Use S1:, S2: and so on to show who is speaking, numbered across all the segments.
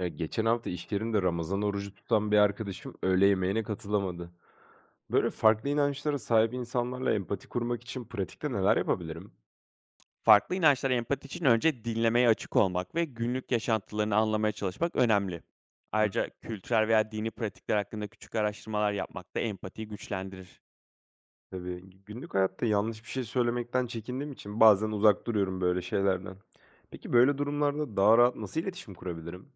S1: Ya, geçen hafta iş yerinde Ramazan orucu tutan bir arkadaşım öğle yemeğine katılamadı. Böyle farklı inançlara sahip insanlarla empati kurmak için pratikte neler yapabilirim?
S2: Farklı inançlara empati için önce dinlemeye açık olmak ve günlük yaşantılarını anlamaya çalışmak önemli.
S1: Hı,
S2: Ayrıca kültürel veya dini pratikler hakkında küçük araştırmalar yapmak da empatiyi güçlendirir.
S1: tabii günlük hayatta yanlış bir şey söylemekten çekindiğim için bazen uzak duruyorum böyle şeylerden. Peki böyle durumlarda daha rahat nasıl iletişim kurabilirim?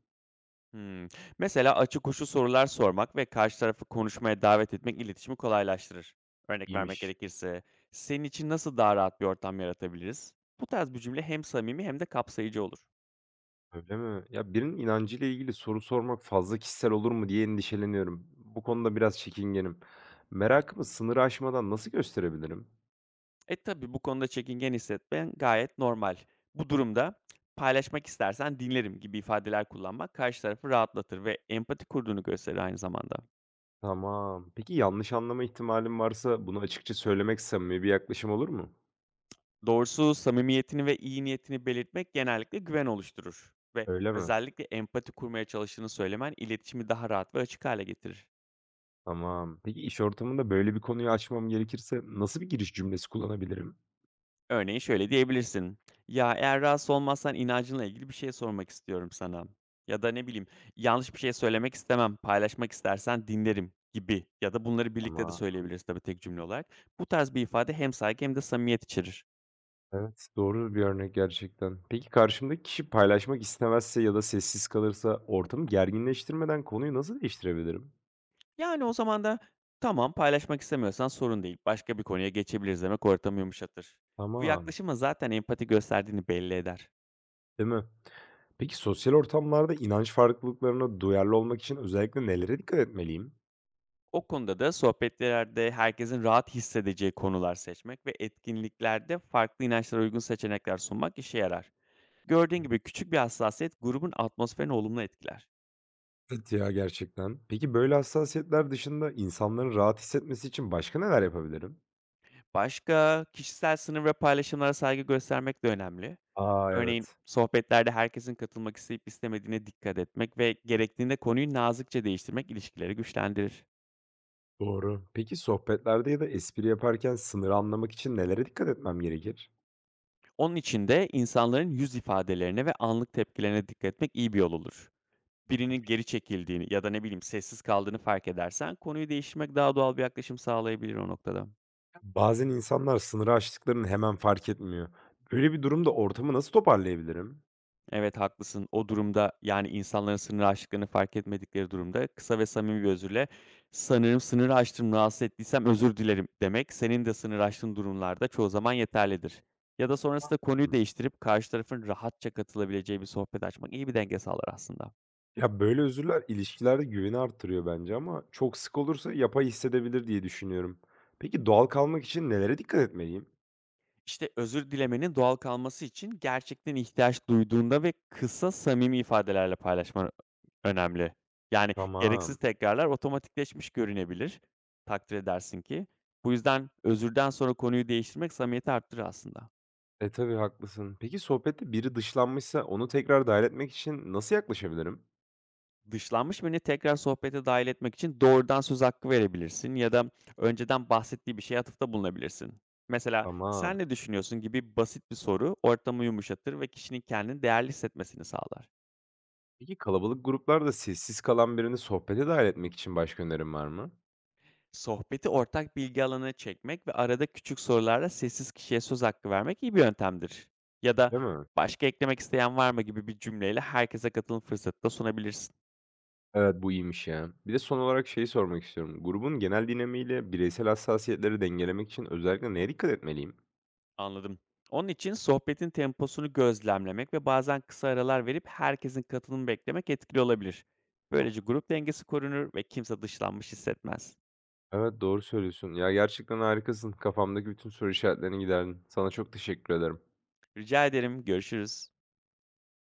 S2: Hmm. Mesela açık uçlu sorular sormak ve karşı tarafı konuşmaya davet etmek iletişimi kolaylaştırır. Örnek vermek
S1: İyiymiş.
S2: gerekirse, senin için nasıl daha rahat bir ortam yaratabiliriz? Bu tarz bir cümle hem samimi hem de kapsayıcı olur.
S1: Öyle mi? Ya birinin inancıyla ilgili soru sormak fazla kişisel olur mu diye endişeleniyorum. Bu konuda biraz çekingenim. Merakımı sınır aşmadan nasıl gösterebilirim?
S2: Tabii bu konuda çekingen hissetmen gayet normal. Bu durumda "Paylaşmak istersen dinlerim." gibi ifadeler kullanmak karşı tarafı rahatlatır ve empati kurduğunu gösterir aynı zamanda.
S1: Tamam. Peki yanlış anlama ihtimalim varsa bunu açıkça söylemek samimi bir yaklaşım olur mu?
S2: Doğrusu samimiyetini ve iyi niyetini belirtmek genellikle güven oluşturur ve
S1: Öyle mi?
S2: özellikle empati kurmaya çalıştığını söylemen iletişimi daha rahat ve açık hale getirir.
S1: Tamam. Peki iş ortamında böyle bir konuyu açmam gerekirse nasıl bir giriş cümlesi kullanabilirim?
S2: Örneğin şöyle diyebilirsin: "Ya, eğer rahatsız olmazsan inancınla ilgili bir şey sormak istiyorum sana." ya da ne bileyim, "Yanlış bir şey söylemek istemem, paylaşmak istersen dinlerim." gibi ya da bunları birlikte de
S1: Ama
S2: söyleyebiliriz tabii tek cümle olarak. Bu tarz bir ifade hem saygı hem de samimiyet içerir.
S1: evet, doğru bir örnek gerçekten. Peki karşımdaki kişi paylaşmak istemezse ya da sessiz kalırsa ortamı gerginleştirmeden konuyu nasıl değiştirebilirim?
S2: Yani o zaman da "Tamam, paylaşmak istemiyorsan sorun değil, başka bir konuya geçebiliriz." demek ortamı yumuşatır. Bu
S1: Tamam.
S2: yaklaşımla zaten empati gösterdiğini belli eder.
S1: Değil mi? Peki sosyal ortamlarda inanç farklılıklarına duyarlı olmak için özellikle nelere dikkat etmeliyim?
S2: O konuda da sohbetlerde herkesin rahat hissedeceği konular seçmek ve etkinliklerde farklı inançlara uygun seçenekler sunmak işe yarar. Gördüğün gibi küçük bir hassasiyet grubun atmosferini olumlu etkiler.
S1: Evet ya, gerçekten. Peki böyle hassasiyetler dışında insanların rahat hissetmesi için başka neler yapabilirim?
S2: Başka kişisel sınır ve paylaşımlara saygı göstermek de önemli.
S1: Aa,
S2: Örneğin
S1: evet.
S2: sohbetlerde herkesin katılmak isteyip istemediğine dikkat etmek ve gerektiğinde konuyu nazikçe değiştirmek ilişkileri güçlendirir.
S1: Doğru. Peki sohbetlerde ya da espri yaparken sınırı anlamak için nelere dikkat etmem gerekir?
S2: Onun için de insanların yüz ifadelerine ve anlık tepkilerine dikkat etmek iyi bir yol olur. Birinin geri çekildiğini ya da ne bileyim sessiz kaldığını fark edersen konuyu değiştirmek daha doğal bir yaklaşım sağlayabilir o noktada.
S1: Bazen insanlar sınırı aştıklarını hemen fark etmiyor. Böyle bir durumda ortamı nasıl toparlayabilirim?
S2: Evet haklısın. O durumda yani insanların sınır aştıklarını fark etmedikleri durumda kısa ve samimi bir özürle sanırım sınır aştım, rahatsız ettiysem özür dilerim demek senin de sınır aştığın durumlarda çoğu zaman yeterlidir. Ya da sonrasında konuyu
S1: Hı.
S2: değiştirip karşı tarafın rahatça katılabileceği bir sohbet açmak iyi bir denge sağlar aslında.
S1: Ya böyle özürler ilişkilerde güveni arttırıyor bence, ama çok sık olursa yapay hissedebilir diye düşünüyorum. Peki doğal kalmak için nelere dikkat etmeliyim?
S2: İşte, özür dilemenin doğal kalması için gerçekten ihtiyaç duyduğunda ve kısa, samimi ifadelerle paylaşman önemli. Yani, gereksiz
S1: Tamam.
S2: tekrarlar otomatikleşmiş görünebilir, takdir edersin ki. Bu yüzden özürden sonra konuyu değiştirmek samimiyeti arttırır aslında.
S1: E, tabii haklısın. Peki sohbette biri dışlanmışsa onu tekrar dâhil etmek için nasıl yaklaşabilirim?
S2: Dışlanmış birini tekrar sohbete dahil etmek için doğrudan söz hakkı verebilirsin ya da önceden bahsettiği bir şeye atıfta bulunabilirsin. Mesela, "Sen
S1: Tamam.
S2: ne düşünüyorsun?" gibi basit bir soru ortamı yumuşatır ve kişinin kendini değerli hissetmesini sağlar.
S1: Peki kalabalık gruplarda sessiz kalan birini sohbete dâhil etmek için başka önerin var mı?
S2: Sohbeti ortak bilgi alanına çekmek ve arada küçük sorularla sessiz kişiye söz hakkı vermek iyi bir yöntemdir. Ya da
S1: Değil mi?
S2: başka eklemek isteyen var mı gibi bir cümleyle herkese katılım fırsatı da sunabilirsin.
S1: Evet, bu iyiymiş ya. Bir de son olarak şeyi sormak istiyorum. Grubun genel dinamiğiyle bireysel hassasiyetleri dengelemek için özellikle neye dikkat etmeliyim?
S2: Anladım. Onun için sohbetin temposunu gözlemlemek ve bazen kısa aralar verip herkesin katılımı beklemek etkili olabilir. Böylece grup dengesi korunur ve kimse dışlanmış hissetmez.
S1: Evet, doğru söylüyorsun. Ya gerçekten harikasın. Kafamdaki bütün soru işaretlerini giderdin. Sana çok teşekkür ederim.
S2: Rica ederim, görüşürüz.